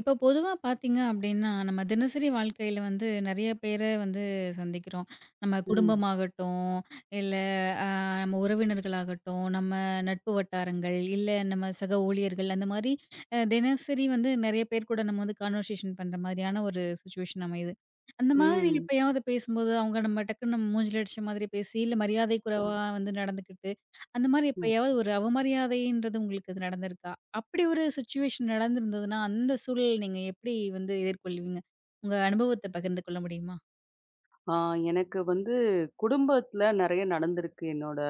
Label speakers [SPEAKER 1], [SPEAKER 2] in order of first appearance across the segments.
[SPEAKER 1] இப்போ பொதுவா பார்த்தீங்க அப்படின்னா, நம்ம தினசரி வாழ்க்கையில வந்து நெறைய பேர வந்து சந்திக்கிறோம். நம்ம
[SPEAKER 2] ம்.
[SPEAKER 1] குடும்பமாகட்டும், இல்ல அ நம்ம உறவினர்களாகட்டும், நம்ம நட்பு வட்டாரங்கள், இல்ல நம்ம சக ஊழியர்கள் அந்த மாரி தினசரி வந்து நெறைய பேர் கூட நம்ம வந்து கான்வர்சேஷன் பண்ற மாதிரியான ஒரு சிச்சுவேஷன் அமையுது. அந்த மாதிரி
[SPEAKER 2] ம்.
[SPEAKER 1] எப்பயாவது பேசும்போது, அவங்க நம்ம டக்குன்னு நம்ம மூஞ்சில அடிச்ச மாதிரி பேசி, இல்ல மரியாதை
[SPEAKER 2] ம்.
[SPEAKER 1] குறைவா வந்து நடந்துக்கிட்டு, அந்த மாரி
[SPEAKER 2] ம்.
[SPEAKER 1] எப்பயாவது ஒரு அவமரியாதைன்றது உங்களுக்கு அது நடந்திருக்கா? அப்படி ஒரு சிச்சுவேஷன் நடந்திருந்ததுன்னா, அந்த சூழல் நீங்க எப்படி வந்து எதிர்கொள்வீங்க? உங்க அனுபவத்த பகிர்ந்து கொள்ள முடியுமா?
[SPEAKER 2] ஆ எனக்கு வந்து குடும்பத்துல நெறைய நடந்திருக்கு. என்னோட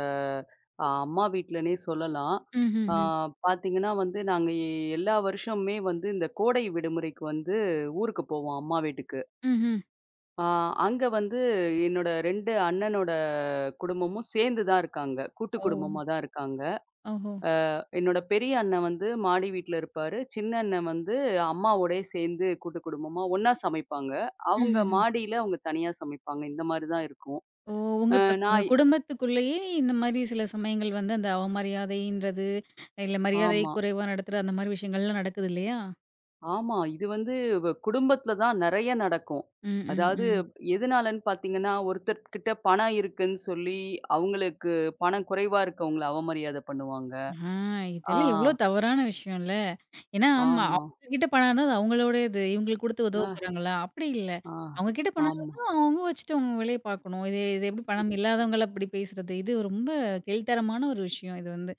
[SPEAKER 2] அம்மா வீட்லன்னே சொல்லலாம்.
[SPEAKER 1] ம்ஹ்ம்.
[SPEAKER 2] ஆ
[SPEAKER 1] ம்.
[SPEAKER 2] பார்த்தீங்கன்னா வந்து, நாங்க எல்லா வருஷமுமே வந்து இந்த கோடை விடுமுறைக்கு வந்து ஊருக்கு போவோம், அம்மா வீட்டுக்கு.
[SPEAKER 1] ம்ஹ்ம்.
[SPEAKER 2] ஆ அங்க வந்து என்னோட 2 அண்ணனோட குடும்பமும் சேர்ந்து தான் இருக்காங்க. கூட்டு
[SPEAKER 1] ஓ!
[SPEAKER 2] குடும்பமா தான் இருக்காங்க.
[SPEAKER 1] ஓஹோ!
[SPEAKER 2] என்னோட பெரிய அண்ணன் வந்து மாடி வீட்ல இருப்பாரு. சின்ன அண்ணன் வந்து அம்மாவோடயே சேர்ந்து கூட்டு குடும்பமா ஒண்ணா சமைப்பாங்க. அவங்க
[SPEAKER 1] ம்ஹ்ஹ்ம்.
[SPEAKER 2] மாடியில அவங்க தனியா சமைப்பாங்க. இந்த மாரி தான் இருக்கும்.
[SPEAKER 1] ஓ!
[SPEAKER 2] அ
[SPEAKER 1] உங்க
[SPEAKER 2] நான் இ-
[SPEAKER 1] குடும்பத்துக்குள்ளேயே இந்த மாரி சில சமயங்கள் வந்து அந்த அவமரியாதைன்றது, இல்ல மரியாதை
[SPEAKER 2] ஆமா,
[SPEAKER 1] குறைவா நடத்துற அந்த மாரி விஷயங்கள்லாம் நடக்குது இல்லையா?
[SPEAKER 2] ஆமா. இது வந்து குடும்பத்தில தான் நெறைய நடக்கும்.
[SPEAKER 1] ம், ம்,
[SPEAKER 2] அதாவது
[SPEAKER 1] ம்.
[SPEAKER 2] எதுனாலன்னு பார்த்தீங்கன்னா, ஒருத்தர்கிட்ட பணம் இருக்குன்னு சொல்லி, அவங்களுக்கு பணம் குறைவா இருக்கவங்கள அவமரியாதை பண்ணுவாங்க.
[SPEAKER 1] ஆ இதெல்லாம் எவ்ளோ
[SPEAKER 2] ஆ,
[SPEAKER 1] தவறான விஷயம்ல. ஏன்னா ஆமா,
[SPEAKER 2] ஆமா.
[SPEAKER 1] அவங்க கிட்ட பணம் இருந்தா அது அவங்களோடயது. இவங்களுக்கு குடுத்து உதவ
[SPEAKER 2] அ,
[SPEAKER 1] போறாங்களா? அப்படி இல்ல.
[SPEAKER 2] ஆ,
[SPEAKER 1] அவங்க கிட்ட பணம்
[SPEAKER 2] ஆமா.
[SPEAKER 1] இருந்தா அவங்க வச்சுட்டு அவங்க வேலைய பார்க்கணும். இது இது எப்படி பணம் இல்லாதவங்கள இப்படி பேசுறது? இது ரொம்ப கீழ்த்தரமான ஒரு விஷயம் இது வந்து.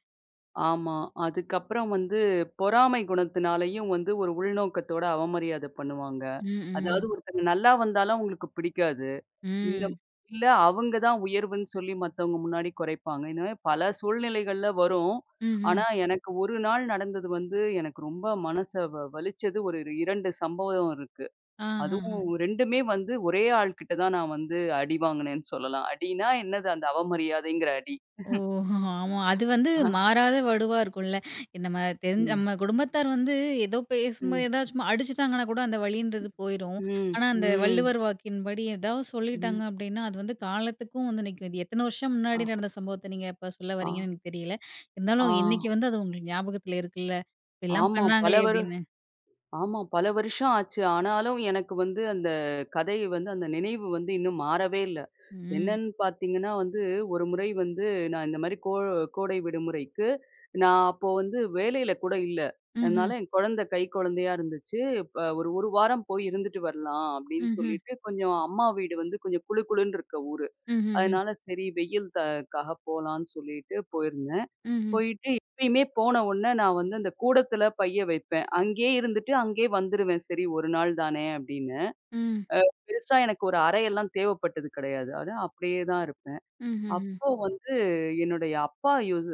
[SPEAKER 2] ஆமா. அதுக்கப்புறம் வந்து பொறாமை குணத்தினாலேயும் வந்து ஒரு உள்நோக்கத்தோட அவமரியாதை பண்ணுவாங்க.
[SPEAKER 1] ம், ம்.
[SPEAKER 2] அதாவது ஒருத்தங்க நல்லா வந்தாலும் அவங்களுக்கு பிடிக்காது. இந்த
[SPEAKER 1] ம்.
[SPEAKER 2] இல்ல அவங்க தான் உயர்வுன்னு சொல்லி மத்தவங்க முன்னாடி குறைப்பாங்க. இந்த மாரி பல சூழ்நிலைகள்ல வரும்.
[SPEAKER 1] ம்ஹ்ம்.
[SPEAKER 2] ஆனா எனக்கு ஒரு நாள் நடந்தது வந்து எனக்கு ரொம்ப மனச வலிச்சது ஒரு 2 சம்பவம் இருக்கு.
[SPEAKER 1] ஆஹஹ.
[SPEAKER 2] அதுவும் 2மே வந்து ஒரே ஆள் கிட்ட தான் நான் வந்து அடி வாங்கினேன்னு சொல்லலாம். அடின்னா என்னது அந்த அவமரியாதைங்கிற அடி.
[SPEAKER 1] ஓ! ஆமா. அது வந்து
[SPEAKER 2] ஆ,
[SPEAKER 1] மாறாத வடுவா இருக்கும்ல. நம்ம தெரிஞ்ச
[SPEAKER 2] ம்,
[SPEAKER 1] நம்ம குடும்பத்தார் வந்து ஏதோ பேசும்போது
[SPEAKER 2] ம்,
[SPEAKER 1] ஏதாவது சும்மா அடிச்சுட்டாங்கன்னா கூட அந்த வலின்றது போயிரும்.
[SPEAKER 2] ம்,
[SPEAKER 1] ஆனா அந்த
[SPEAKER 2] ம்.
[SPEAKER 1] வள்ளுவர் வாக்கின்படி ஏதாவது
[SPEAKER 2] ம்.
[SPEAKER 1] சொல்லிட்டாங்க அப்டின்னா, அது வந்து காலத்துக்கும் வந்து நிக்கும். இது எத்தன வருஷம்
[SPEAKER 2] அ,
[SPEAKER 1] முன்னாடி நடந்த சம்பவத்த நீங்க இப்ப சொல்ல
[SPEAKER 2] ஆ,
[SPEAKER 1] வரீங்கன்னு எனக்கு தெரியல.
[SPEAKER 2] ஆ.
[SPEAKER 1] இருந்தாலும் இன்னைக்கு வந்து அது உங்களுக்கு ஞாபகத்துல இருக்குல்ல. இப்படிலாம்
[SPEAKER 2] ஆமா. பல
[SPEAKER 1] பண்ணாங்களே
[SPEAKER 2] வரு
[SPEAKER 1] அப்படின்னு.
[SPEAKER 2] ஆமா. பல வருஷம் ஆச்சு. ஆனாலும் எனக்கு வந்து அந்த கதை வந்து அந்த நினைவு வந்து இன்னும் மாறவே இல்ல.
[SPEAKER 1] ம்.
[SPEAKER 2] என்னன்னு பார்த்தீங்கன்னா வந்து, ஒரு முறை வந்து நான் இந்த மாரி கோடை விடுமுறைக்கு நான் அப்போ வந்து வேலையில கூட இல்ல.
[SPEAKER 1] ம்ஹ்ம்.
[SPEAKER 2] அதனால என் குழந்தை குழந்தையா இருந்துச்சு. இப்ப ஒரு வாரம் போய் இருந்துட்டு வரலாம் அப்படின்னு
[SPEAKER 1] ம்ஹ்ம்.
[SPEAKER 2] சொல்லிட்டு கொஞ்சம் அம்மா வீடு வந்து கொஞ்சம் குளு குளுன்னு இருக்க ஊரு.
[SPEAKER 1] ம்ஹ்ம். ம்ஹ்ம்.
[SPEAKER 2] அதனால சரி வெயில் க்காக போலான்னு சொல்லிட்டு போயிருந்தேன்.
[SPEAKER 1] ம்ஹ்ம்.
[SPEAKER 2] போயிட்டு எப்பயுமே போன உடனே நான் வந்து அந்த கூடத்துல பைய வைப்பேன். அங்கேயே இருந்துட்டு அங்கேயே வந்துருவேன். சரி 1 நாள் தானே அப்படின்னு.
[SPEAKER 1] ம்.
[SPEAKER 2] பெருசா எனக்கு ஒரு அறையெல்லாம் தேவைப்பட்டது கிடையாது. ஆனா அப்படியே தான் இருப்பேன்.
[SPEAKER 1] ம்ஹ்ம். ம்.
[SPEAKER 2] அப்போ வந்து என்னுடைய அப்பா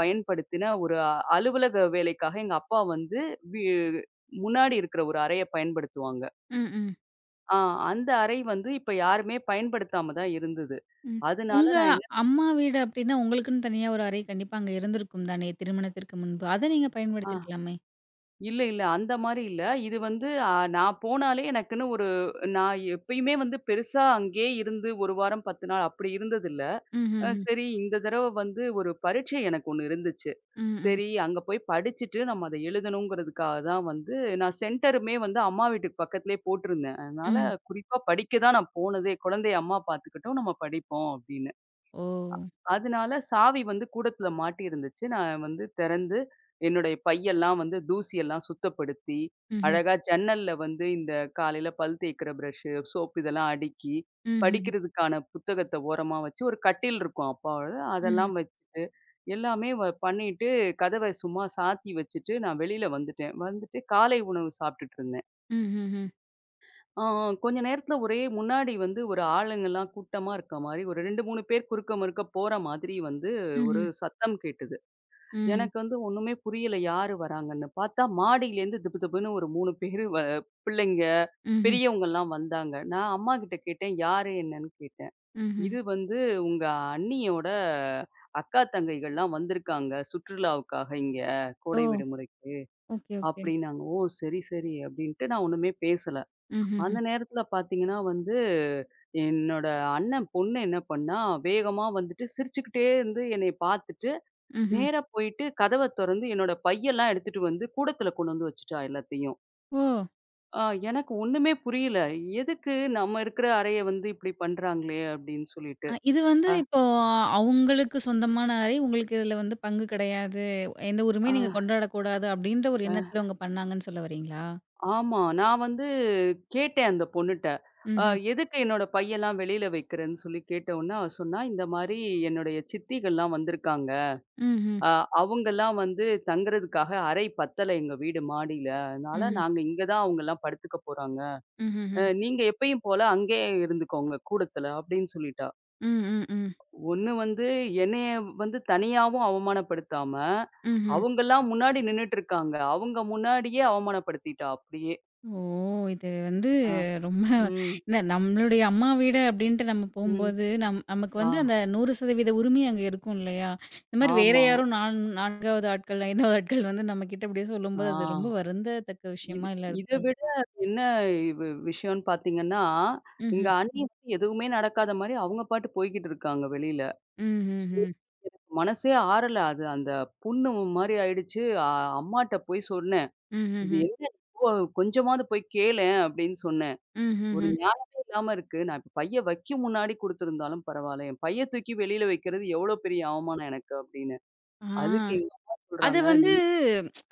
[SPEAKER 2] பயன்படுத்தின ஒரு அலுவலக வேலைக்காக எங்க அப்பா வந்து வி முன்னாடி இருக்கிற ஒரு அறைய பயன்படுத்துவாங்க.
[SPEAKER 1] ம். ம் ம்
[SPEAKER 2] ஆ அந்த அறை வந்து இப்ப யாருமே பயன்படுத்தாம தான் இருந்தது.
[SPEAKER 1] ம்.
[SPEAKER 2] அதனால
[SPEAKER 1] உங்க
[SPEAKER 2] நான் என்ன
[SPEAKER 1] அம்மா வீடு அப்டின்னா, உங்களுக்குன்னு தனியா ஒரு அறை கண்டிப்பா அங்க இருந்திருக்கும் தானே! திருமணத்திற்கு முன்பு. அத நீங்க
[SPEAKER 2] ஆ.
[SPEAKER 1] பயன்படுத்தியிருக்கலாமே!
[SPEAKER 2] இல்ல, இல்ல. அந்த மாரி இல்ல. இது வந்து நான் போனாலே எனக்குன்னு ஒரு நான் எப்பயுமே வந்து பெருசா அங்கேயே இருந்து 1 வாரம் 10 நாள் அப்படி இருந்ததில்ல.
[SPEAKER 1] ம்ஹ்ஹ்ம்.
[SPEAKER 2] சரி இந்த தடவ வந்து ஒரு பரீட்சை எனக்கு ஒண்ணு இருந்துச்சு.
[SPEAKER 1] ம், ம்,
[SPEAKER 2] சரி அங்க போய் படிச்சுட்டு நம்ம அத எழுதணுங்கிறதுக்காக தான் வந்து நான் சென்டருமே வந்து அம்மா வீட்டுக்கு பக்கத்திலேயே போட்டிருந்தேன். அதனால
[SPEAKER 1] ம்.
[SPEAKER 2] குறிப்பா படிக்க தான் நான் போனதே. குழந்தைய அம்மா பார்த்துக்கட்டும், நம்ம படிப்போம் அப்படின்னு.
[SPEAKER 1] ஓ!
[SPEAKER 2] அதனால சாவி வந்து கூடத்துல மாட்டி இருந்துச்சு. நான் வந்து திறந்து, என்னுடைய பையெல்லாம் வந்து தூசியெல்லாம் சுத்தப்படுத்தி,
[SPEAKER 1] ம்ஹ்ம்.
[SPEAKER 2] அழகா ஜன்னல்ல வந்து இந்த காலையில பல் தேய்க்கிற பிரஷ்ஷு, சோப்பு இதெல்லாம் அடுக்கி,
[SPEAKER 1] ம்ஹ்ஹ்ம்.
[SPEAKER 2] படிக்கிறதுக்கான புத்தகத்த ஓரமா வச்சு, ஒரு கட்டில் இருக்கும் அப்பாவோடது.
[SPEAKER 1] ம்ஹ்ம்.
[SPEAKER 2] அதெல்லாம் வச்சுட்டு, எல்லாமே பண்ணிட்டு, கதவ சும்மா சாத்தி வச்சுட்டு, நான் வெளியில வந்துட்டேன். வந்துட்டு காலை உணவு சாப்பிட்டுட்டு இருந்தேன்.
[SPEAKER 1] ம்ஹ்ஹ்ம்.
[SPEAKER 2] ஆ, கொஞ்ச நேரத்துல ஒரே முன்னாடி வந்து ஒரு ஆளுங்கலாம் கூட்டமா இருக்க மாரி, ஒரு 2, 3 பேர் குறுக்க மறுக்க போற மாதிரி வந்து ஒரு
[SPEAKER 1] ம்ஹ்ம்.
[SPEAKER 2] சத்தம் கேட்டுது.
[SPEAKER 1] ம்.
[SPEAKER 2] எனக்கு வந்து ஒண்ணுமே புரியல யாரு வராங்கன்னு. பார்த்தா மாடியிலேருந்து திபு திபுன்னு ஒரு 3 பேரு பிள்ளைங்க,
[SPEAKER 1] ம்ஹ்ம்.
[SPEAKER 2] பெரியவங்கலாம் வந்தாங்க. நான் அம்மாகிட்ட கேட்டேன், யாரு என்னன்னு கேட்டேன்.
[SPEAKER 1] ம்ஹ்ம்.
[SPEAKER 2] இது வந்து உங்க அண்ணியோட அக்கா தங்கைகள்லாம் வந்திருக்காங்க சுற்றுலாவுக்காக இங்க
[SPEAKER 1] ஓ!
[SPEAKER 2] கோடை விடுமுறைக்கு
[SPEAKER 1] ஓகே, ஓகே.
[SPEAKER 2] அப்டின்னாங்க. ஓ! சரி, சரி அப்டின்ட்டு நான் ஒண்ணுமே பேசல.
[SPEAKER 1] ம்ஹ்ஹ்ம்.
[SPEAKER 2] அந்த நேரத்துல பாத்தீங்கன்னா வந்து, என்னோட அண்ணன் பொண்ணு என்ன பண்ணா, வேகமா வந்துட்டு சிரிச்சுக்கிட்டே இருந்து என்னைய பாத்துட்டு,
[SPEAKER 1] ம்ஹ்ம்.
[SPEAKER 2] நேரா போயிட்டு கதவ தொறந்து என்னோட பையெல்லாம் எடுத்துட்டு வந்து கூடத்துல கொண்டு வந்து வச்சுட்டா எல்லாத்தையும்.
[SPEAKER 1] ஓ!
[SPEAKER 2] அ எனக்கு ஒண்ணுமே புரியல. எதுக்கு நம்ம இருக்கிற அறைய வந்து இப்படி பண்றாங்களே அப்படின்னு சொல்லிட்டு.
[SPEAKER 1] இது வந்து
[SPEAKER 2] அ
[SPEAKER 1] இப்போ அவங்களுக்கு சொந்தமான அறை, உங்களுக்கு இதுல வந்து பங்கு கிடையாது. எந்த
[SPEAKER 2] அ
[SPEAKER 1] உரிமையும் நீங்க கொண்டாடக்கூடாது அப்டின்ற ஒரு
[SPEAKER 2] அ
[SPEAKER 1] எண்ணத்துல அவங்க பண்ணாங்கன்னு சொல்ல வரீங்களா?
[SPEAKER 2] ஆமா. நான் வந்து கேட்டேன் அந்த பொண்ணுட்ட. அ
[SPEAKER 1] ம்ஹ்ம்.
[SPEAKER 2] எதுக்கு என்னோட பையெல்லாம் வெளியில வைக்கிறன்னு சொல்லி கேட்ட உடனே அவ சொன்னா, இந்த மாரி என்னுடைய சித்திகள்லாம் வந்திருக்காங்க.
[SPEAKER 1] ம்ஹ்ம்.
[SPEAKER 2] அ அவங்கலாம் வந்து தங்குறதுக்காக அறை பத்தல எங்க வீடு மாடியில. அதனால
[SPEAKER 1] ம்.
[SPEAKER 2] நாங்க இங்க தான் அவங்கலாம் படுத்துக்க போறாங்க.
[SPEAKER 1] ம்ஹ்ஹ்ம்.
[SPEAKER 2] நீங்க எப்பயும் போல அங்கேயே இருந்துக்கோங்க கூடத்துல அப்டின்னு சொல்லிட்டா.
[SPEAKER 1] ம், ம், ம்.
[SPEAKER 2] ஒண்ணு வந்து என்னைய வந்து தனியாவும் அவமானப்படுத்தாம,
[SPEAKER 1] ம்ஹ்ம்.
[SPEAKER 2] அவங்கலாம் முன்னாடி நின்னுட்டு இருக்காங்க. அவங்க முன்னாடியே அவமானப்படுத்திட்டா அப்டியே.
[SPEAKER 1] ஓ! இது வந்து
[SPEAKER 2] அ.
[SPEAKER 1] ரொம்ப
[SPEAKER 2] ம்.
[SPEAKER 1] என்ன நம்மளுடைய அம்மா வீடு அப்படின்ட்டு நம்ம
[SPEAKER 2] ம்.
[SPEAKER 1] போம்போது, நமக்கு
[SPEAKER 2] ஆ.
[SPEAKER 1] வந்து அந்த 100% உரிமை அங்க இருக்கும் இல்லையா? இந்த மாரி வேற
[SPEAKER 2] ஆமா.
[SPEAKER 1] யாரோ 4 4வது ஆட்கள், 5வது ஆட்கள் வந்து நம்மகிட்ட அப்படியே
[SPEAKER 2] ஆ.
[SPEAKER 1] சொல்லும்போது, அது ரொம்ப வருந்தத்தக்க
[SPEAKER 2] இது
[SPEAKER 1] விஷயமா இல்ல
[SPEAKER 2] இத
[SPEAKER 1] இருக்கும்.
[SPEAKER 2] விட என்ன விஷயம்ன்னு பார்த்தீங்கன்னா, எங்க
[SPEAKER 1] ம்ஹ்ம்.
[SPEAKER 2] அண்ணி ம். வந்து எதுவுமே நடக்காத மாரி அவங்க பாட்டு போய்க்கிட்டு இருக்காங்க வெளியில. சரி
[SPEAKER 1] ம்ஹ்ஹ்ம்.
[SPEAKER 2] எனக்கு மனசே ஆறல. அது அந்த புண்ணு மாரி ஆயிடுச்சு. அம்மாட்ட போய் சொன்னேன். "இது
[SPEAKER 1] ம்ஹ்ஹ்ம்.
[SPEAKER 2] என்ன இப்போ கொஞ்சமாவது போய் கேளேன்" அப்படின்னு சொன்னேன். "ஒரு
[SPEAKER 1] ம்ஹ்ஹ்ம்.
[SPEAKER 2] நியாயமே இல்லாம இருக்கு. நான் இப்ப பைய வைக்கும் முன்னாடி குடுத்துருந்தாலும் பரவால்ல. என் பைய தூக்கி வெளியில வைக்கிறது எவ்வளோ பெரிய அவமானம் எனக்கு" அப்படின்னு.
[SPEAKER 1] ஆ.
[SPEAKER 2] அதுக்கு எங்க அம்மா
[SPEAKER 1] அது
[SPEAKER 2] சொல்றாங்க,
[SPEAKER 1] வந்து
[SPEAKER 2] "நீ"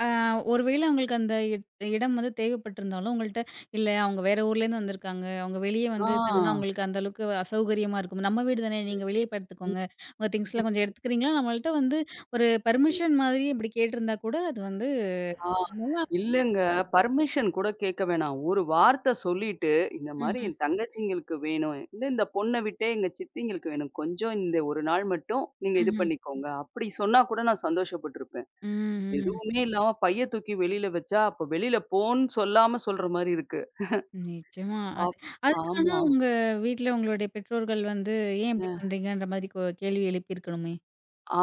[SPEAKER 1] அ ஒரு வேளை அவங்களுக்கு அந்த இடம் வந்து தேவைப்பட்டிருந்தாலும், உங்கள்ட்ட இல்ல அவங்க வேற ஊர்லேருந்து வந்திருக்காங்க. அவங்க வெளிய
[SPEAKER 2] ஆ.
[SPEAKER 1] வந்து தங்குனா அவங்களுக்கு அந்த அளவுக்கு அசௌகரியமா இருக்கும். நம்ம வீடு தானே நீங்க வெளிய படுத்துக்கோங்க. உங்க திங்ஸ்லாம் கொஞ்சம் எடுத்துக்கிறீங்களா? நம்மள்ட்ட வந்து ஒரு பெர்மிஷன் மாதிரி இப்படி கேட்டிருந்தா கூட அது வந்து
[SPEAKER 2] ஆ.
[SPEAKER 1] நல்லா
[SPEAKER 2] இல்லங்க. பர்மிஷன் கூட கேட்க வேணாம். ஒரு வார்த்த சொல்லிட்டு, இந்த மாரி
[SPEAKER 1] ம்ஹ்ம்.
[SPEAKER 2] என் தங்கச்சிங்களுக்கு வேணும். இல்ல இந்த பொண்ண விட்டே எங்க சித்திங்களுக்கு வேணும். கொஞ்சம் இந்த ஒரு நாள் மட்டும் நீங்க இது
[SPEAKER 1] ம்ஹ்ம்.
[SPEAKER 2] பண்ணிக்கோங்க. அப்படி சொன்னா கூட நான் சந்தோஷப்பட்டுருப்பேன்.
[SPEAKER 1] ம், ம்.
[SPEAKER 2] எதுவுமே இல்லாம பைய தூக்கி வெளியில வச்சா, அப்ப வெளியில போன்னு சொல்லாம சொல்ற மாரி இருக்கு.
[SPEAKER 1] நிச்சயமா. அது
[SPEAKER 2] அப்
[SPEAKER 1] அதுக்கான
[SPEAKER 2] ஆமா.
[SPEAKER 1] உங்க வீட்ல உங்களுடைய பெற்றோர்கள் வந்து ஏன்
[SPEAKER 2] அ
[SPEAKER 1] இப்படி பண்றீங்கன்ற மாதிரி கேள்வி எழுப்பியிருக்கணுமே?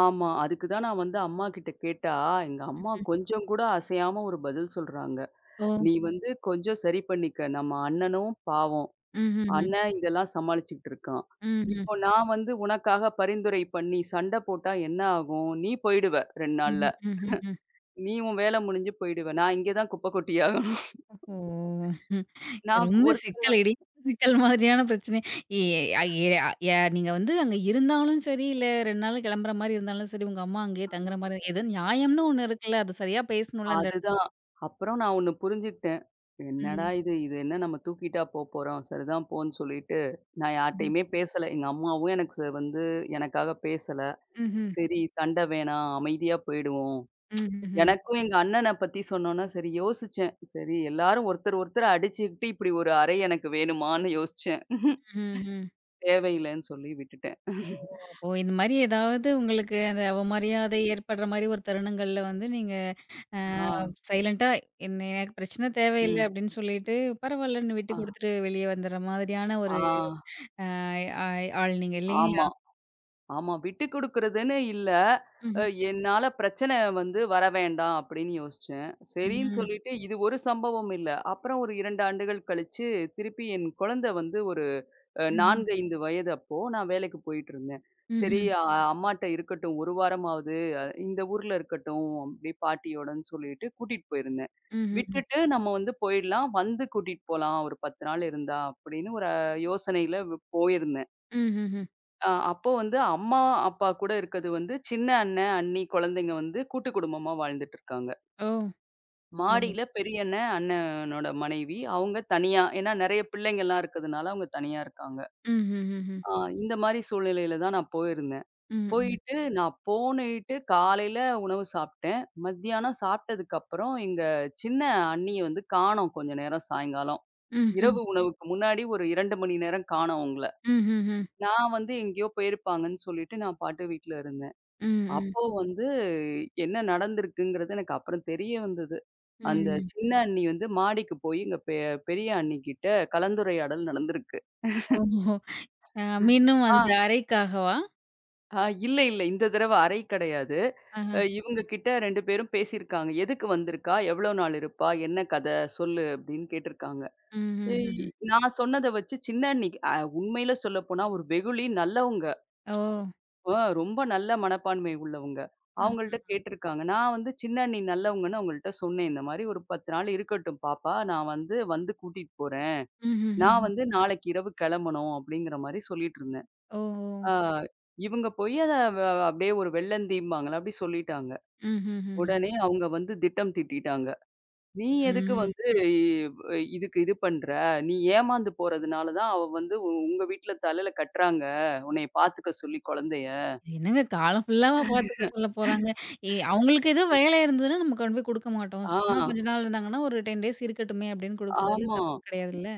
[SPEAKER 2] ஆமா. அதுக்கு தான் நான் வந்து அம்மா கிட்ட கேட்டா, எங்க அம்மா
[SPEAKER 1] ம்.
[SPEAKER 2] கொஞ்சம் கூட அசையாம ஒரு பதில் சொல்றாங்க.
[SPEAKER 1] ஓ!
[SPEAKER 2] "நீ வந்து கொஞ்சம் சரி பண்ணிக்க. நம்ம அண்ணனும் பாவம்.
[SPEAKER 1] ம்ஹ்ஹ்ம்.
[SPEAKER 2] அண்ணன் இதெல்லாம் சமாளிச்சுக்கிட்டு இருக்கான்.
[SPEAKER 1] ம்ஹ்ம்.
[SPEAKER 2] இப்போ நான் வந்து உனக்காக பரிந்துரை பண்ணி சண்டை போட்டா என்ன ஆகும்? நீ போயிடுவ 2 நாள்ல.
[SPEAKER 1] ம்ஹ்ம். ம்ஹ்ம்.
[SPEAKER 2] நீ உன் வேலை முடிஞ்சு போயிடுவ. நான் இங்க தான் குப்பை கொட்டியாகணும்.
[SPEAKER 1] ஓ! இது
[SPEAKER 2] நான்
[SPEAKER 1] ரொம்ப
[SPEAKER 2] ஒருத்தங்க
[SPEAKER 1] சிக்கலடி. சிக்கல் மாதிரியான பிரச்சனை. எ அ எ எ நீங்க வந்து அங்க இருந்தாலும் சரி, இல்ல 2 நாள் கிளம்புற மாரி இருந்தாலும் சரி, உங்க அம்மா அங்கேயே தங்குற மாரி ஏதோ நியாயம்னு ஒண்ணு இருக்குல்ல. அது சரியா பேசணும்ல அந்த
[SPEAKER 2] அதுதான். அப்புறம் நான் ஒண்ணு புரிஞ்சுக்கிட்டேன். என்னடா
[SPEAKER 1] ம்.
[SPEAKER 2] இது! இது என்ன நம்ம தூக்கிட்டா போறோம். சரிதான் போன்னு சொல்லிட்டு நான்
[SPEAKER 1] ம்ஹ்ம்.
[SPEAKER 2] யார்ட்டயுமே பேசல. எங்க அம்மாவும் எனக்கு வந்து எனக்காக பேசல.
[SPEAKER 1] ம்ஹ்ம்.
[SPEAKER 2] சரி சண்டை வேணாம். அமைதியா போயிடுவோம்.
[SPEAKER 1] ம்ஹ்ஹ்ம்.
[SPEAKER 2] எனக்கும் எங்க அண்ணன பத்தி சொன்னோனே, சரி யோசிச்சேன். சரி எல்லாரும் ஒருத்தர் ஒருத்தர அடிச்சுக்கிட்டு, இப்படி ஒரு அறை எனக்கு வேணுமான்னு யோசிச்சேன்.
[SPEAKER 1] ம்ஹ்ம்.
[SPEAKER 2] தேவையில்லன்னு சொல்லி விட்டுட்டேன்.
[SPEAKER 1] ஓ! அப்போ இந்த மாரி ஏதாவது உங்களுக்கு அந்த அவமரியாதை ஏற்படுற மாரி ஒரு தருணங்கள்ல வந்து நீங்க அ
[SPEAKER 2] ஆ,
[SPEAKER 1] சைலன்ட்டா "என்ன எனக்கு பிரச்சனை தேவையில்ல"
[SPEAKER 2] ம்.
[SPEAKER 1] அப்படின்னு சொல்லிட்டு பரவாயில்லன்னு விட்டு
[SPEAKER 2] ஆ,
[SPEAKER 1] குடுத்துட்டு வெளியே வந்துடுற மாதிரியான
[SPEAKER 2] ஆ,
[SPEAKER 1] ஒரு ஆய் ஆய் ஆள் நீங்க இல்லைங்களா?
[SPEAKER 2] ஆமா, ஆமா. விட்டு குடுக்குறதுன்னு இல்ல. அ
[SPEAKER 1] Mhm.
[SPEAKER 2] என்னால பிரச்சனை வந்து வர வேண்டாம் அப்படின்னு யோசிச்சேன். சரின்னு
[SPEAKER 1] Mhm.
[SPEAKER 2] சொல்லிட்டு, இது ஒரு சம்பவம் இல்ல. அப்புறம் ஒரு 2 ஆண்டுகள் கழிச்சு, திருப்பி என் குழந்தை வந்து ஒரு
[SPEAKER 1] Mhm.
[SPEAKER 2] 4, 5 வயது அப்போ நான் வேலைக்கு போயிட்டுருந்தேன். சரி
[SPEAKER 1] Mhm.
[SPEAKER 2] ம். அம்மாட்ட இருக்கட்டும், 1 வாரமாவது இந்த ஊர்ல இருக்கட்டும், அப்டி பாட்டியோடன்னு சொல்லிட்டு கூட்டிட்டு போயிருந்தேன்.
[SPEAKER 1] Mhm.
[SPEAKER 2] விட்டுட்டு நம்ம வந்து போயிடலாம், வந்து கூட்டிட்டு போலாம் ஒரு 10 நாள் இருந்தா அப்படின்னு ஒரு யோசனையில போயிருந்தேன்.
[SPEAKER 1] Mhm.
[SPEAKER 2] அப்போ வந்து அம்மா, அப்பா கூட இருக்கது வந்து சின்ன அண்ணன், அண்ணி குழந்தைங்க வந்து கூட்டு குடும்பமா வாழ்ந்துட்டுருக்காங்க.
[SPEAKER 1] Oh, okay.
[SPEAKER 2] மாடியில பெரிய அண்ணன், அண்ணனோட மனைவி அவங்க தனியா ஏன்னா நெறைய பிள்ளைங்கலாம் இருக்கதுனால அவங்க தனியா இருக்காங்க.
[SPEAKER 1] Mhm. Mhm.
[SPEAKER 2] ஆ இந்த மாரி சூழ்நிலையில தான் நான் போயிருந்தேன். போயிட்டு நான் போனிட்டு காலையில உணவு சாப்பிட்டேன். மத்தியானம் சாப்பிட்டதுக்கப்புறம் எங்க சின்ன அண்ணிய வந்து காணோம் கொஞ்ச நேரம் சாயங்காலம்.
[SPEAKER 1] Mhm.
[SPEAKER 2] இரவு உணவுக்கு முன்னாடி ஒரு 2 மணி நேரம் காணோம் அவங்கள.
[SPEAKER 1] Mhm.
[SPEAKER 2] நான் வந்து எங்கேயோ போயிருப்பாங்கன்னு சொல்லிட்டு நான் பாட்டு வீட்ல இருந்தேன்.
[SPEAKER 1] Mhm.
[SPEAKER 2] அப்போ வந்து என்ன நடந்திருக்குங்கிறது எனக்கு அப்புறம் தெரிய வந்தது. அந்த
[SPEAKER 1] ம்.
[SPEAKER 2] சின்ன அண்ணி வந்து மாடிக்கு போய் எங்க பெரிய அண்ணிகிட்ட கலந்துரையாடல் நடந்திருக்கு.
[SPEAKER 1] ஓஹோ! மீண்டும்
[SPEAKER 2] ஆ
[SPEAKER 1] அந்த அறைக்காகவா?
[SPEAKER 2] ஆ இல்ல, இல்ல. இந்த தடவ அறை கிடையாது.
[SPEAKER 1] ஆஹா.
[SPEAKER 2] இவங்க கிட்ட 2 பேரும் பேசியிருக்காங்க. "எதுக்கு வந்திருக்கா? எவ்வளோ நாள் இருப்பா? என்ன கத? சொல்லு" அப்படின்னு கேட்டிருக்காங்க. இ
[SPEAKER 1] ம்ஹ்ஹ்ம்.
[SPEAKER 2] நான் சொன்னத வச்சு சின்ன அண்ணி உண்மையில சொல்லப்போனா ஒரு வெகுளி, நல்லவங்க.
[SPEAKER 1] ஓ!
[SPEAKER 2] ரொம்ப நல்ல மனப்பான்மை உள்ளவங்க.
[SPEAKER 1] அ.
[SPEAKER 2] அவங்கள்ட்ட கேட்டிருக்காங்க. நான் வந்து சின்ன அண்ணி நல்லவங்கன்னு அவங்கள்ட்ட சொன்னேன். "இந்த மாரி ஒரு 10 நாள் இருக்கட்டும் பாப்பா. நான் வந்து வந்து கூட்டிட்டு போறேன்.
[SPEAKER 1] ம்ஹ்ஹ்ம்.
[SPEAKER 2] நான் வந்து நாளைக்கு இரவு கிளம்பணும்" அப்படிங்கிற மாரி சொல்லிட்டு இருந்தேன்.
[SPEAKER 1] ஓஹோ!
[SPEAKER 2] ஆ இவங்க போய் அத அப்படியே ஒரு வெள்ளந்தீம்பாங்கல்ல, அப்படி சொல்லிட்டாங்க.
[SPEAKER 1] ம்ஹ்ஹ்ம்.
[SPEAKER 2] உடனே அவங்க வந்து திட்டம் தீட்டிட்டாங்க. "நீ எதுக்கு
[SPEAKER 1] ம்.
[SPEAKER 2] வந்து இ இதுக்கு இது பண்ற? நீ ஏமாந்து போறதுனால தான் அவ வந்து உங்க வீட்ல தலையில கட்டுறாங்க. உன்னைய பாத்துக்க சொல்லி குழந்தைய."
[SPEAKER 1] என்னங்க காலம் ஃபுல்லாவா பார்த்துக்க சொல்ல போறாங்க. அவங்களுக்கு ஏதோ வேலை இருந்ததுன்னா நம்ம கொண்டு போய் குடுக்க மாட்டோம்.
[SPEAKER 2] ஆ,
[SPEAKER 1] சும்மா கொஞ்ச நாள் இருந்தாங்கன்னா, ஒரு 10 டேஸ் இருக்கட்டுமே! அப்படின்னு குடுக்குறதுல
[SPEAKER 2] ஆமா.
[SPEAKER 1] தப்பு கிடையாதுல்ல?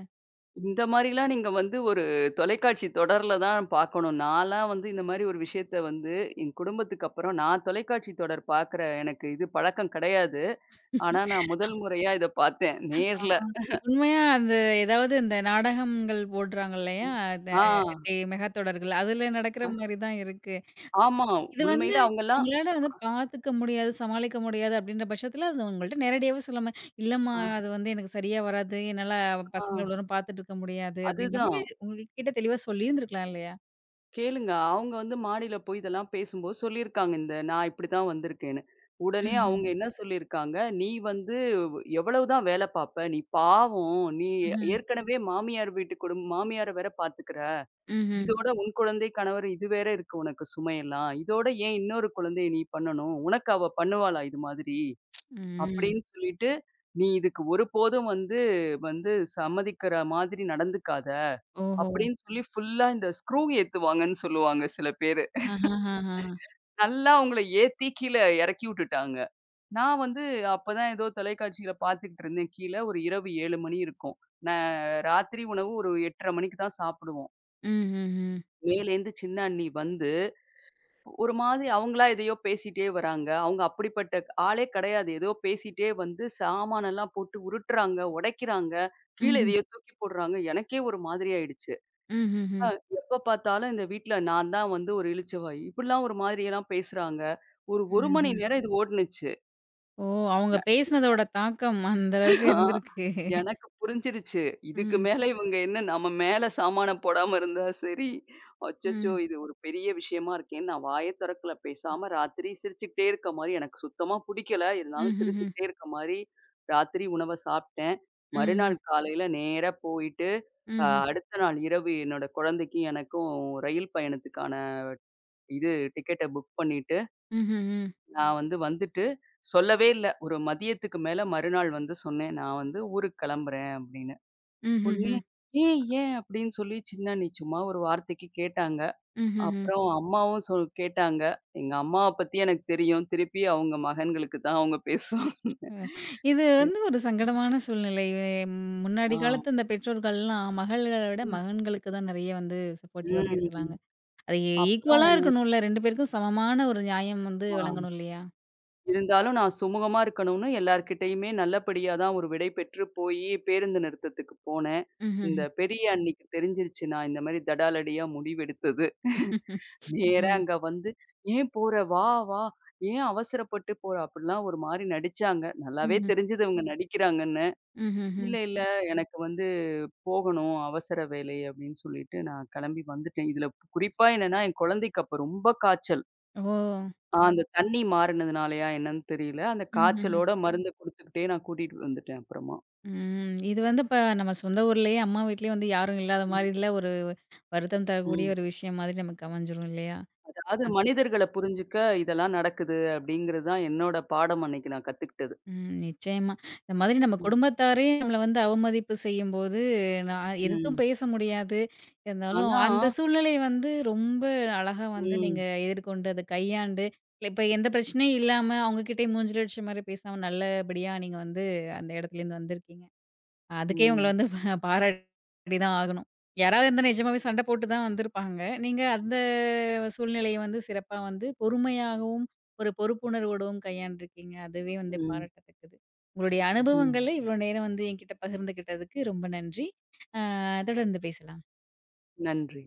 [SPEAKER 2] இந்த மாரிலாம் நீங்க வந்து ஒரு தொலைக்காட்சி தொடர்ல தான் பாக்கணும். நான்லாம் வந்து இந்த மாரி ஒரு விஷயத்த வந்து என் குடும்பத்துக்கு அப்புறம் நான் தொலைக்காட்சி தொடர் பாக்குற எனக்கு இது பழக்கம் கிடையாது. ஆனா நான் முதல் முறையா இத பாத்தேன்.
[SPEAKER 1] ஆ
[SPEAKER 2] நேர்ல.
[SPEAKER 1] உண்மையா அந்த ஏதாவது இந்த நாடகங்கள் போடுறாங்க இல்லையா? அந்த
[SPEAKER 2] ஆ,
[SPEAKER 1] டே மெகா தொடர்கள். அதுல நடக்கிற மாரி தான் இருக்கு.
[SPEAKER 2] ஆமா.
[SPEAKER 1] இது வந்து
[SPEAKER 2] உண்மையில அவங்கலாம்
[SPEAKER 1] அவங்களால வந்து பார்த்துக்க முடியாது, சமாளிக்க முடியாது அப்படின்ற பட்சத்துல அது உங்கள்ட்ட நேரடியாவே சொல்லாம, "இல்லம்மா அது வந்து எனக்கு சரியா வராது. என்னால பசங்கள
[SPEAKER 2] ஆஹா,
[SPEAKER 1] இவ்வளோ நேரம் பார்த்துட்டு இருக்க முடியாது." அப்படின்ற
[SPEAKER 2] அதுதான்.
[SPEAKER 1] மாரி உங்ககிட்ட தெளிவா சொல்லியிருந்திருக்கலாம் இல்லையா?
[SPEAKER 2] கேளுங்க. அவங்க வந்து மாடியில போய் இதெல்லாம் பேசும்போது சொல்லியிருக்காங்க. இந்த நான் இப்படிதான் வந்திருக்கேன்னு. உடனே
[SPEAKER 1] ம்ஹ்ம்.
[SPEAKER 2] அவங்க என்ன சொல்லியிருக்காங்க, "நீ வந்து எவ்வளவு தான் வேல பார்ப்ப? நீ பாவம். நீ
[SPEAKER 1] ம்ஹ்ம்.
[SPEAKER 2] ஏற்கனவே மாமியார் வீட்டு குடும் மாமியார வேற பார்த்துக்கிற.
[SPEAKER 1] ம்ஹ்ம்.
[SPEAKER 2] இதோட உன் குழந்தை, கணவர் இது வேற இருக்கு உனக்கு சுமையெல்லாம். இதோட ஏன் இன்னொரு குழந்தைய நீ பண்ணணும்? உனக்கு அவ பண்ணுவாளா இது மாதிரி?"
[SPEAKER 1] ம்.
[SPEAKER 2] அப்படின்னு சொல்லிட்டு, "நீ இதுக்கு ஒருபோதும் வந்து வந்து சம்மதிக்கிற மாதிரி நடந்துக்காத"
[SPEAKER 1] ஓஹோ!
[SPEAKER 2] அப்படின்னு சொல்லி ஃபுல்லா இந்த ஸ்க்ரூ ஏத்துவாங்கன்னு சொல்லுவாங்க சில பேரு.
[SPEAKER 1] ஆஹஹஹா.
[SPEAKER 2] நல்லா அவங்கள ஏத்தி கீழ இறக்கி விட்டுட்டாங்க. நான் வந்து அப்பதான் ஏதோ தொலைக்காட்சியில பார்த்துக்கிட்டு இருந்தேன் கீழ. ஒரு இரவு 7 மணி இருக்கும். நான் ராத்திரி உணவு ஒரு 8:30 மணிக்கு தான் சாப்பிடுவோம்.
[SPEAKER 1] ம், ம், ம்.
[SPEAKER 2] மேலேருந்து சின்ன அண்ணி வந்து ஒரு மாதிரி அவங்களா எதையோ பேசிட்டே வராங்க. அவங்க அப்படிப்பட்ட ஆளே கிடையாது. ஏதோ பேசிட்டே வந்து சாமானெல்லாம் போட்டு உருட்டுறாங்க, உடைக்கிறாங்க, கீழ
[SPEAKER 1] ம்ஹ்ம்.
[SPEAKER 2] எதையோ தூக்கி போடுறாங்க. எனக்கே ஒரு மாதிரி ஆயிடுச்சு. அ
[SPEAKER 1] ம்ஹ்ஹ்ம்.
[SPEAKER 2] எப்ப பார்த்தாலும் இந்த வீட்ல நான் தான் வந்து ஒரு இளிச்சவாயி. இப்படிலாம் ஒரு மாதிரியெல்லாம் பேசுறாங்க. ஒரு 1 மணி
[SPEAKER 1] ம்ஹ்ம்.
[SPEAKER 2] நேரம் இது ஓடுனுச்சு.
[SPEAKER 1] ஓ! அவங்க பேசினதோட தாக்கம் அந்த அளவுக்கு
[SPEAKER 2] ஆ
[SPEAKER 1] இருந்திருக்கு.
[SPEAKER 2] எனக்கு புரிஞ்சிருச்சு. இதுக்கு
[SPEAKER 1] ம்,
[SPEAKER 2] மேல இவங்க என்ன நம்ம மேல சாமான போடாம இருந்தா சரி. அச்சச்சோ!
[SPEAKER 1] ம்,
[SPEAKER 2] இது ஒரு பெரிய விஷயமா இருக்கேன்னு நான் வாயே தொறக்கல. பேசாம ராத்திரி சிரிச்சுக்கிட்டே இருக்க மாரி எனக்கு சுத்தமா புடிக்கல. இருந்தாலும்
[SPEAKER 1] ம்ஹ்ஹ்ம்,
[SPEAKER 2] சிரிச்சுக்கிட்டே இருக்க மாரி ராத்திரி உணவ சாப்பிட்டேன்.
[SPEAKER 1] ம்,
[SPEAKER 2] மறுநாள் காலையில நேரா போயிட்டு,
[SPEAKER 1] ம்ஹ்ம்,
[SPEAKER 2] அடுத்த நாள் இரவு என்னோட குழந்தைக்கும் எனக்கும் ரயில் பயணத்துக்கான இது டிக்கெட்ட புக் பண்ணிட்டு
[SPEAKER 1] ம்ஹ்ஹ்ம்,
[SPEAKER 2] நான் வந்து வந்துட்டு சொல்லவே இல்ல. ஒரு மதியத்துக்கு மேல மறுநாள் வந்து சொன்னேன். "நான் வந்து ஊருக்கு கிளம்புறேன்" அப்படின்னு. உடனே
[SPEAKER 1] ம்ஹ்ஹ்ம்,
[SPEAKER 2] "ஏன், ஏன்?" அப்படின்னு சொல்லி சின்ன அண்ணி சும்மா ஒரு வார்த்தைக்கு கேட்டாங்க.
[SPEAKER 1] ம்ஹ்ஹ்ம்.
[SPEAKER 2] அப்புறம் அம்மாவும் கேட்டாங்க. எங்க அம்மாவ பத்தி எனக்கு தெரியும். திருப்பி அவங்க மகன்களுக்கு தான் அவங்க பேசுவாங்க.
[SPEAKER 1] அ இது வந்து ஒரு சங்கடமான சூழ்நிலை. ம் முன்னாடி
[SPEAKER 2] ஆ.
[SPEAKER 1] காலத்து இந்த பெற்றோர்கள்லாம் மகள்கள விட
[SPEAKER 2] ம்.
[SPEAKER 1] மகன்களுக்கு தான் நெறைய வந்து சப்போர்ட்டிவா
[SPEAKER 2] ம்.
[SPEAKER 1] பேசுறாங்க. அது ஈக்குவலா
[SPEAKER 2] அப்புறம்
[SPEAKER 1] இருக்கணும்ல 2 பேருக்கும் சமமான ஒரு நியாயம் வந்து
[SPEAKER 2] ஆ.
[SPEAKER 1] வழங்கணும் இல்லையா?
[SPEAKER 2] இருந்தாலும் நான் சுமூகமா இருக்கணும்னு எல்லார்கிட்டயுமே நல்லபடியா தான் ஒரு விடை பெற்று போயி பேருந்து நிறுத்தத்துக்கு போனேன்.
[SPEAKER 1] ம்ஹ்ஹ்ம்,
[SPEAKER 2] இந்த பெரிய அண்ணிக்கு தெரிஞ்சிருச்சு நான் இந்த மாரி தடாலடியா முடிவெடுத்தது. நேரா
[SPEAKER 1] ம்,
[SPEAKER 2] அங்க வந்து, "ஏன் போற? வா, வா. ஏன் அவசரப்பட்டு போற?" அப்படிலாம் ஒரு மாரி நடிச்சாங்க. நல்லாவே
[SPEAKER 1] ம்ஹ்ஹ்ம்,
[SPEAKER 2] தெரிஞ்சது இவங்க நடிக்கிறாங்கன்னு.
[SPEAKER 1] ம்ஹ்ஹ்ம்.
[SPEAKER 2] "இல்ல, இல்ல. எனக்கு வந்து போகணும். அவசர வேலை" அப்படின்னு சொல்லிட்டு நான் கெளம்பி வந்துட்டேன். இதுல குறிப்பா என்னன்னா, என் குழந்தைக்கு அப்ப ரொம்ப காய்ச்சல்.
[SPEAKER 1] ஓ!
[SPEAKER 2] அந்த தண்ணி மாறினதுனாலயா என்னன்னு தெரியல. அந்த
[SPEAKER 1] ம்ஹ்ஹ்ம்.
[SPEAKER 2] காய்ச்சலோட மருந்த குடுத்துக்கிட்டே நான் கூட்டிட்டு வந்துட்டேன் அப்புறமா.
[SPEAKER 1] ம். இது வந்து இப்ப நம்ம சொந்த ஊர்லயே, அம்மா வீட்லயே வந்து யாரும் இல்லாத
[SPEAKER 2] ம்.
[SPEAKER 1] மாரில ஒரு வருத்தம் தரக்கூடிய
[SPEAKER 2] ம்.
[SPEAKER 1] ஒரு விஷயம் மாதிரி நமக்கு அமைஞ்சிரும் இல்லையா?
[SPEAKER 2] அதாவது
[SPEAKER 1] அத்
[SPEAKER 2] மனிதர்கள புரிஞ்சுக்க இதெல்லாம் நடக்குது அப்படிங்கிறது தான் என்னோட பாடம் அன்னைக்கு நான் கத்துக்கிட்டது.
[SPEAKER 1] ம் நிச்சயமா. இந்த மாதிரி நம்ம
[SPEAKER 2] ம்.
[SPEAKER 1] குடும்பத்தாரே நம்மள வந்து அவமதிப்பு செய்யும்போது, நான் எதுத்தும்
[SPEAKER 2] ம்.
[SPEAKER 1] பேச முடியாது. இருந்தாலும்
[SPEAKER 2] ஆனா
[SPEAKER 1] அந்த சூழ்நிலை வந்து ரொம்ப அழகா வந்து
[SPEAKER 2] ம்.
[SPEAKER 1] நீங்க எதிர்கொண்டு, அத கையாண்டு, இப்ப எந்த பிரச்சனையும் இல்லாம, அவங்க கிட்டயும் மூஞ்சில அடிச்ச மாரி பேசாம நல்லபடியா நீங்க வந்து அந்த இடத்துலேருந்து வந்திருக்கீங்க. அதுக்கே உங்கள
[SPEAKER 2] ம்.
[SPEAKER 1] வந்து பாராட்டி தான் ஆகணும். யாராவது இருந்தா நிஜமாவே சண்டை போட்டு தான் வந்திருப்பாங்க. நீங்க அந்த சூழ்நிலைய வந்து சிறப்பா வந்து பொறுமையாகவும், ஒரு பொறுப்புணர்வோடவும் கையாண்டுருக்கீங்க. அதுவே வந்து
[SPEAKER 2] ம்.
[SPEAKER 1] பாராட்டத்தக்கது. உங்களுடைய
[SPEAKER 2] ம்.
[SPEAKER 1] அனுபவங்கள இவ்வளோ நேரம் வந்து என்கிட்ட பகிர்ந்துக்கிட்டதுக்கு ரொம்ப நன்றி. அ தொடர்ந்து பேசலாம்.
[SPEAKER 2] நன்றி.